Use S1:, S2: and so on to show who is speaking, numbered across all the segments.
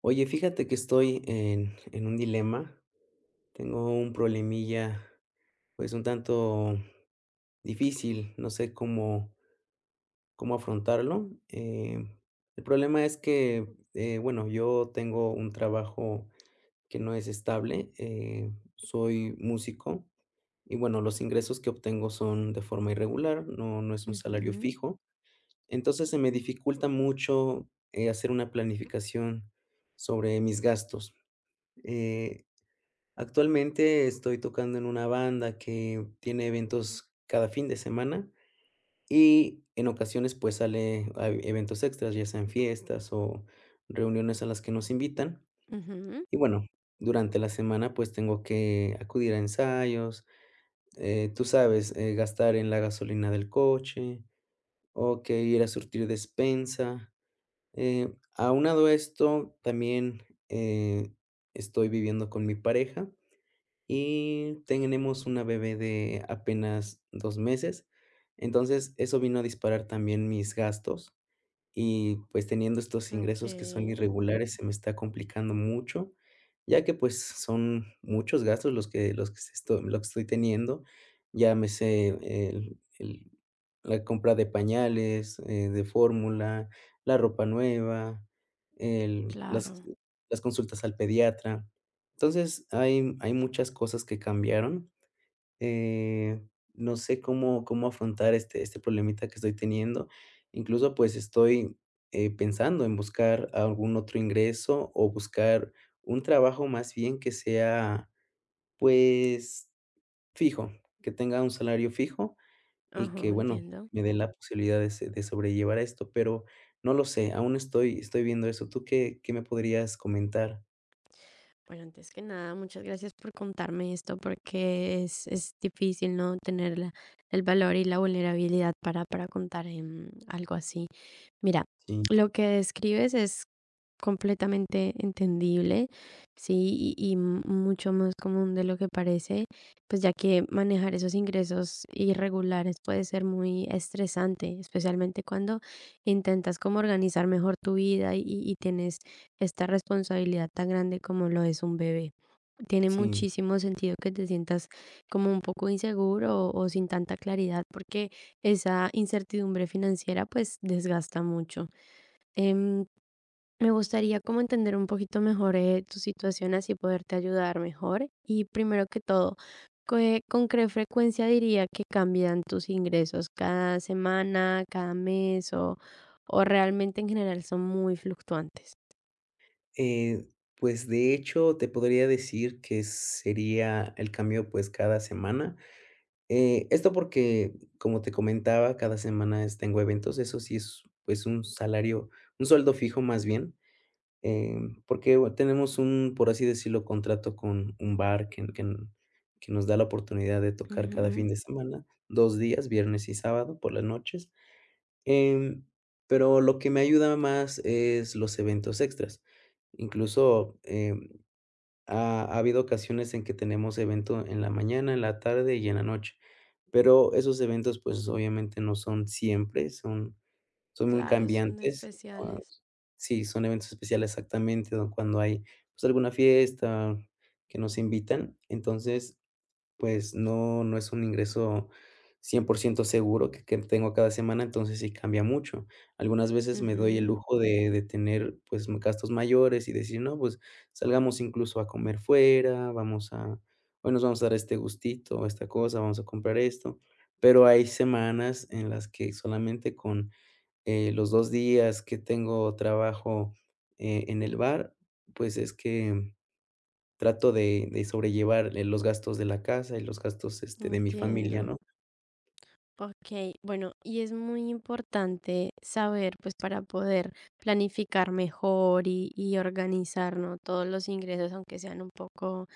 S1: Oye, fíjate que estoy en un dilema. Tengo un problemilla, pues un tanto difícil. No sé cómo afrontarlo. El problema es que, bueno, yo tengo un trabajo que no es estable. Soy músico y, bueno, los ingresos que obtengo son de forma irregular. No es un salario
S2: Ujú,
S1: fijo. Entonces se me dificulta mucho hacer una planificación sobre mis gastos. Eh, Actualmente estoy tocando en una banda que tiene eventos cada fin de semana y en ocasiones pues sale a eventos extras, ya sean fiestas o reuniones a las que nos invitan.
S2: ujú.
S1: Y bueno, durante la semana pues tengo que acudir a ensayos, tú sabes, gastar en la gasolina del coche o que ir a surtir despensa. Aunado a esto, también eh, estoy viviendo con mi pareja y tenemos una bebé de apenas 2 meses. Entonces, eso vino a disparar también mis gastos, y, pues, teniendo estos ingresos que son
S2: Ok,
S1: irregulares, se me está complicando mucho, ya que, pues, son muchos gastos los que estoy teniendo. Llámese el la compra de pañales, de fórmula, la ropa nueva, el
S2: claro.
S1: las consultas al pediatra. Entonces, hay muchas cosas que cambiaron, eh, no sé cómo afrontar este problemita que estoy teniendo. Incluso, pues, estoy pensando en buscar algún otro ingreso o buscar un trabajo más bien que sea, pues, fijo, que tenga un salario fijo y que,
S2: Ajá,
S1: bueno,
S2: entiendo.
S1: me dé la posibilidad de se de sobrellevar esto, pero no lo sé, aún estoy viendo eso. ¿Tú qué me podrías comentar?
S2: Bueno, antes que nada, muchas gracias por contarme esto, porque es difícil no tener la- el valor y la vulnerabilidad para contar algo así. Mira,
S1: Sí,
S2: lo que describes es completamente entendible, sí, y mucho más común de lo que parece, pues ya que manejar esos ingresos irregulares puede ser muy estresante, especialmente cuando intentas como organizar mejor tu vida y tienes esta responsabilidad tan grande como lo es un bebé. Tiene
S1: sí.
S2: muchísimo sentido que te sientas como un poco inseguro o sin tanta claridad porque esa incertidumbre financiera pues desgasta mucho. Em, Me gustaría como entender un poquito mejor tu situación así poderte ayudar mejor. Y primero que todo, ¿con qué frecuencia diría que cambian tus ingresos? ¿Cada semana, cada mes o realmente en general son muy fluctuantes?
S1: Eh, pues, de hecho, te podría decir que sería el cambio, pues, cada semana. Esto porque, como te comentaba, cada semana es tengo eventos, eso sí es, pues, un salario, un sueldo fijo más bien, em, porque bueno, tenemos un, por así decirlo, contrato con un bar que nos da la oportunidad de tocar cada
S2: Ujú.
S1: fin de semana, 2 días, viernes y sábado por las noches. Em, pero lo que me ayuda más es los eventos extras. Incluso, ha habido ocasiones en que tenemos evento en la mañana, en la tarde y en la noche, pero esos eventos, pues, obviamente no son siempre, son muy
S2: Claro, son
S1: cambiantes. Ah,
S2: especiales.
S1: sí, son eventos especiales exactamente, cuando hay, pues, alguna fiesta que nos invitan. Entonces pues no es un ingreso 100% seguro que tengo cada semana, entonces sí cambia mucho. Algunas veces me doy el
S2: Ujú,
S1: lujo de tener, pues, gastos mayores y decir: "No, pues salgamos incluso a comer fuera, vamos a hoy nos vamos a dar este gustito esta cosa, vamos a comprar esto", pero hay semanas en las que solamente con los 2 días que tengo trabajo, en el bar, pues es que trato de sobrellevar, los gastos de la casa y los gastos, este, de mi familia,
S2: entiendo.
S1: ¿no?
S2: Ok, bueno, y es muy importante saber, pues para poder planificar mejor y organizar, ¿no? Todos los ingresos, aunque sean un poco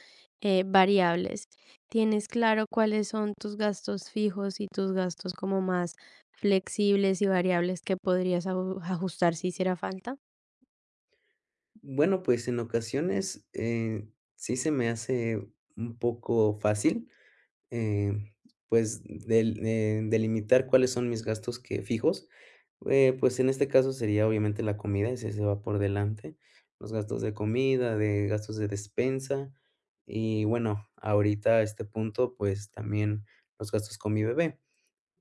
S2: variables. ¿Tienes claro cuáles son tus gastos fijos y tus gastos como más flexibles y variables que podrías ajustar si hiciera falta?
S1: Bueno, pues en ocasiones, sí se me hace un poco fácil, eh, delimitar cuáles son mis gastos que fijos, pues en este caso sería obviamente la comida, ese se va por delante, los gastos de comida, de gastos de despensa y bueno, ahorita a este punto, pues también los gastos con mi bebé,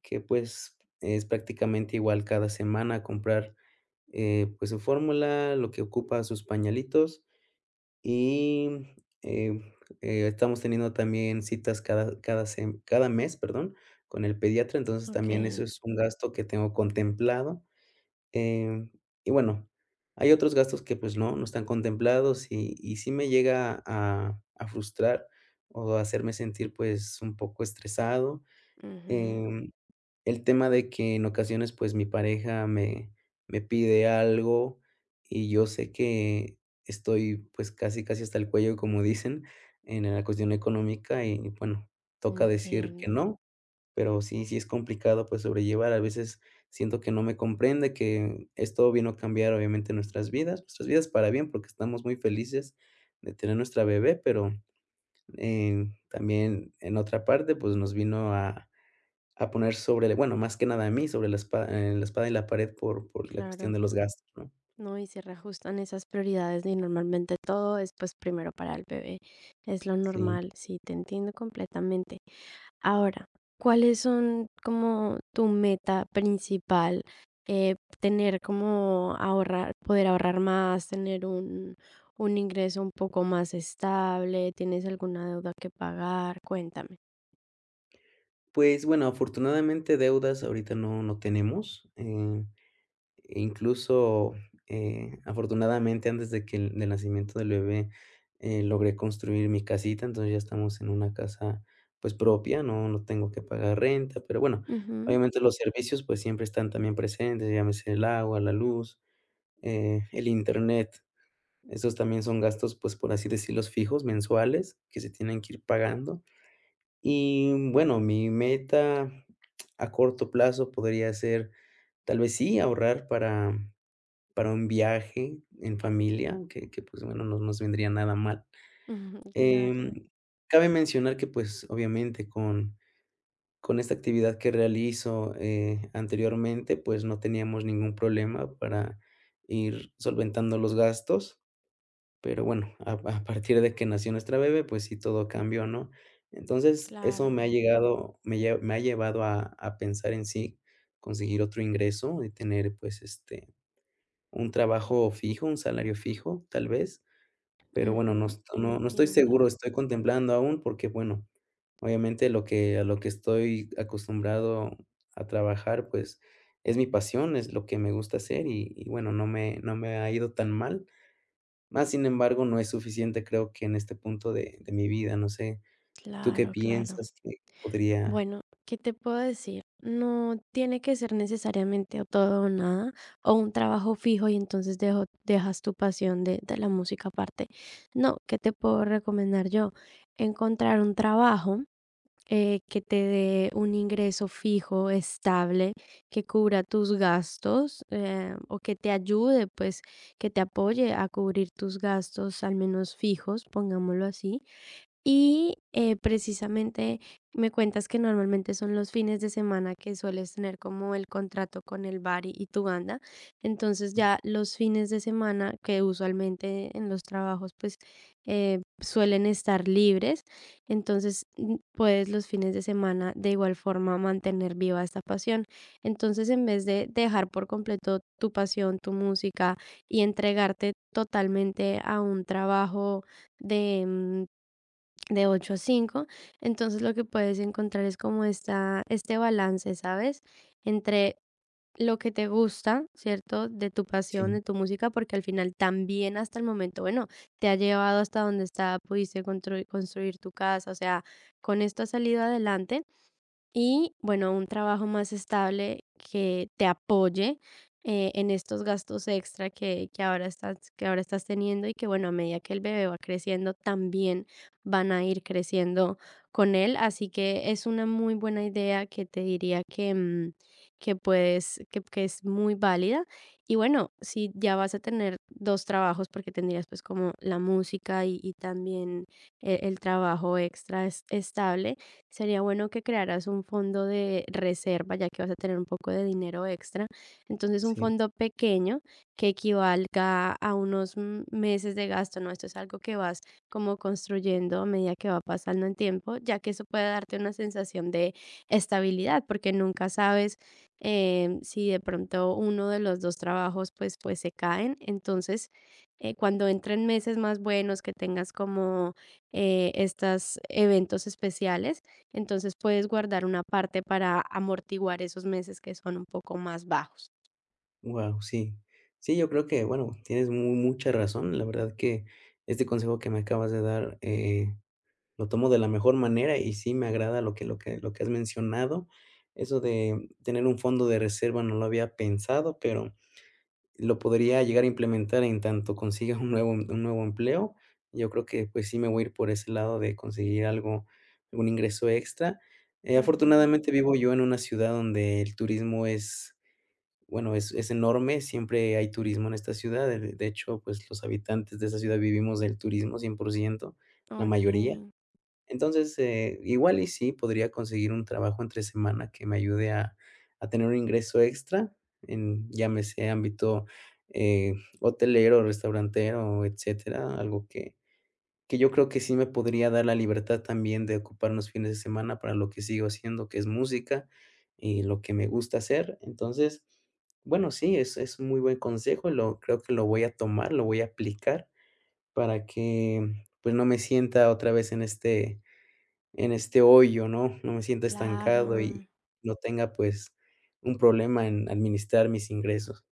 S1: que, pues, es prácticamente igual cada semana comprar, pues, su fórmula, lo que ocupa, sus pañalitos y, eh, estamos teniendo también citas cada mes, perdón, con el pediatra, entonces
S2: Ok,
S1: también eso es un gasto que tengo contemplado, em, y bueno, hay otros gastos que, pues, no están contemplados y sí me llega a frustrar o a hacerme sentir, pues, un poco estresado,
S2: ujú,
S1: em, el tema de que en ocasiones, pues, mi pareja me pide algo y yo sé que estoy, pues, casi, casi hasta el cuello, como dicen, en la cuestión económica y, bueno, toca decir que
S2: entiendo,
S1: no, pero sí, sí es complicado, pues, sobrellevar. A veces siento que no me comprende, que esto vino a cambiar, obviamente, nuestras vidas para bien, porque estamos muy felices de tener nuestra bebé, pero, también en otra parte, pues, nos vino a poner sobre el bueno, más que nada a mí, sobre la espada y la pared por la cuestión
S2: claro.
S1: de los gastos, ¿no?
S2: No, y se reajustan esas prioridades y normalmente todo es pues primero para el bebé. Es lo
S1: Sí.
S2: normal, sí, te entiendo completamente. Ahora, ¿cuáles son como tu meta principal? Eh, Tener como ahorrar, poder ahorrar más, tener un ingreso un poco más estable, ¿tienes alguna deuda que pagar? Cuéntame.
S1: Pues, bueno, afortunadamente deudas ahorita no tenemos, e incluso, afortunadamente antes de que el del nacimiento del bebé, logré construir mi casita, entonces ya estamos en una casa, pues, propia, no tengo que pagar renta, pero bueno,
S2: Ujú,
S1: obviamente los servicios, pues, siempre están también presentes, llámese el agua, la luz, el Internet. Esos también son gastos, pues, por así decirlos, fijos, mensuales, que se tienen que ir pagando. Y bueno, mi meta a corto plazo podría ser, tal vez sí, ahorrar para un viaje en familia, pues, bueno, no nos vendría nada mal.
S2: ujú, claro,
S1: Em, cabe mencionar que, pues, obviamente, con esta actividad que realizo, anteriormente, pues, no teníamos ningún problema para ir solventando los gastos. Pero bueno, a partir de que nació nuestra bebé, pues sí, todo cambió, ¿no? Entonces, eso
S2: claro.
S1: me ha llevado a pensar en sí, conseguir otro ingreso y tener, pues, este, un trabajo fijo, un salario fijo, tal vez, pero bueno,
S2: Ujú,
S1: no no estoy
S2: entiendo.
S1: seguro, estoy contemplando aún porque, bueno, obviamente lo que estoy acostumbrado a trabajar, pues, es mi pasión, es lo que me gusta hacer y bueno, no me ha ido tan mal. Más sin embargo, no es suficiente, creo que en este punto de mi vida, no sé, ¿tú qué
S2: Claro, claro.
S1: piensas que podría?
S2: Bueno, ¿qué te puedo decir? No tiene que ser necesariamente o todo o nada, o un trabajo fijo y entonces dejas tu pasión de la música aparte. No, ¿qué te puedo recomendar yo? Encontrar un trabajo que te dé un ingreso fijo, estable, que cubra tus gastos o que te ayude, pues, que te apoye a cubrir tus gastos, al menos fijos, pongámoslo así precisamente, me cuentas que normalmente son los fines de semana que sueles tener como el contrato con el bar y tu banda. Entonces, ya los fines de semana, que usualmente en los trabajos, pues, suelen estar libres, entonces, puedes los fines de semana, de igual forma, mantener viva esta pasión. Entonces, en vez de dejar por completo tu pasión, tu música y entregarte totalmente a un trabajo de, de 8 a cinco. Entonces lo que puedes encontrar es como esta, este balance, ¿sabes? Entre lo que te gusta, ¿cierto? De tu pasión,
S1: Sí,
S2: de tu música, porque al final también hasta el momento, bueno, te ha llevado hasta donde está, pudiste construir tu casa, o sea, con esto has salido adelante, y bueno, un trabajo más estable que te apoye en estos gastos extra que ahora estás teniendo y que bueno, a medida que el bebé va creciendo, también van a ir creciendo con él. Así que es una muy buena idea que te diría que, que puedes, que es muy válida. Y bueno, si ya vas a tener dos trabajos, porque tendrías pues como la música y también trabajo extra estable. Sería bueno que crearas un fondo de reserva, ya que vas a tener un poco de dinero extra. Entonces, un
S1: sí,
S2: fondo pequeño que equivalga a unos meses de gasto, ¿no? Esto es algo que vas como construyendo a medida que va pasando el tiempo, ya que eso puede darte una sensación de estabilidad, porque nunca sabes si de pronto uno de los dos trabajos pues, pues se caen. Entonces, cuando entren meses más buenos, que tengas como estos eventos especiales, entonces puedes guardar una parte para amortiguar esos meses que son un poco más bajos.
S1: wow sí. Sí, yo creo que, bueno, tienes mu mucha razón. La verdad que este consejo que me acabas de dar, lo tomo de la mejor manera y sí me agrada lo que has mencionado. Eso de tener un fondo de reserva no lo había pensado, pero lo podría llegar a implementar en tanto consiga un nuevo empleo. Yo creo que, pues, sí me voy a ir por ese lado de conseguir algo, algún ingreso extra.
S2: Ujú,
S1: Afortunadamente, vivo yo en una ciudad donde el turismo es, bueno, es enorme, siempre hay turismo en esta ciudad. De hecho, pues, los habitantes de esa ciudad vivimos del turismo 100% la
S2: ok,
S1: mayoría. Entonces, igual y sí, podría conseguir un trabajo entre semana que me ayude a tener un ingreso extra en, llámese, ámbito, eh, hotelero, restaurantero, etcétera, algo que yo creo que sí me podría dar la libertad también de ocupar los fines de semana para lo que sigo haciendo, que es música y lo que me gusta hacer. Entonces, bueno, sí, es un muy buen consejo, lo creo que lo voy a tomar, lo voy a aplicar para que, pues, no me sienta otra vez en este hoyo, ¿no? No me sienta estancado y
S2: claro,
S1: no tenga, pues, un problema en administrar mis ingresos.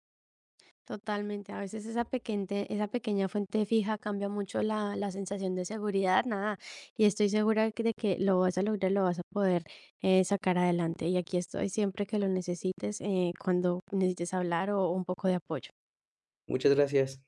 S2: totalmente. A veces esa pequeña fuente fija cambia mucho la, la sensación de seguridad, nada. Y estoy segura de que lo vas a lograr, lo vas a poder sacar adelante. Y aquí estoy siempre que lo necesites, cuando necesites hablar o un poco de apoyo.
S1: Muchas gracias.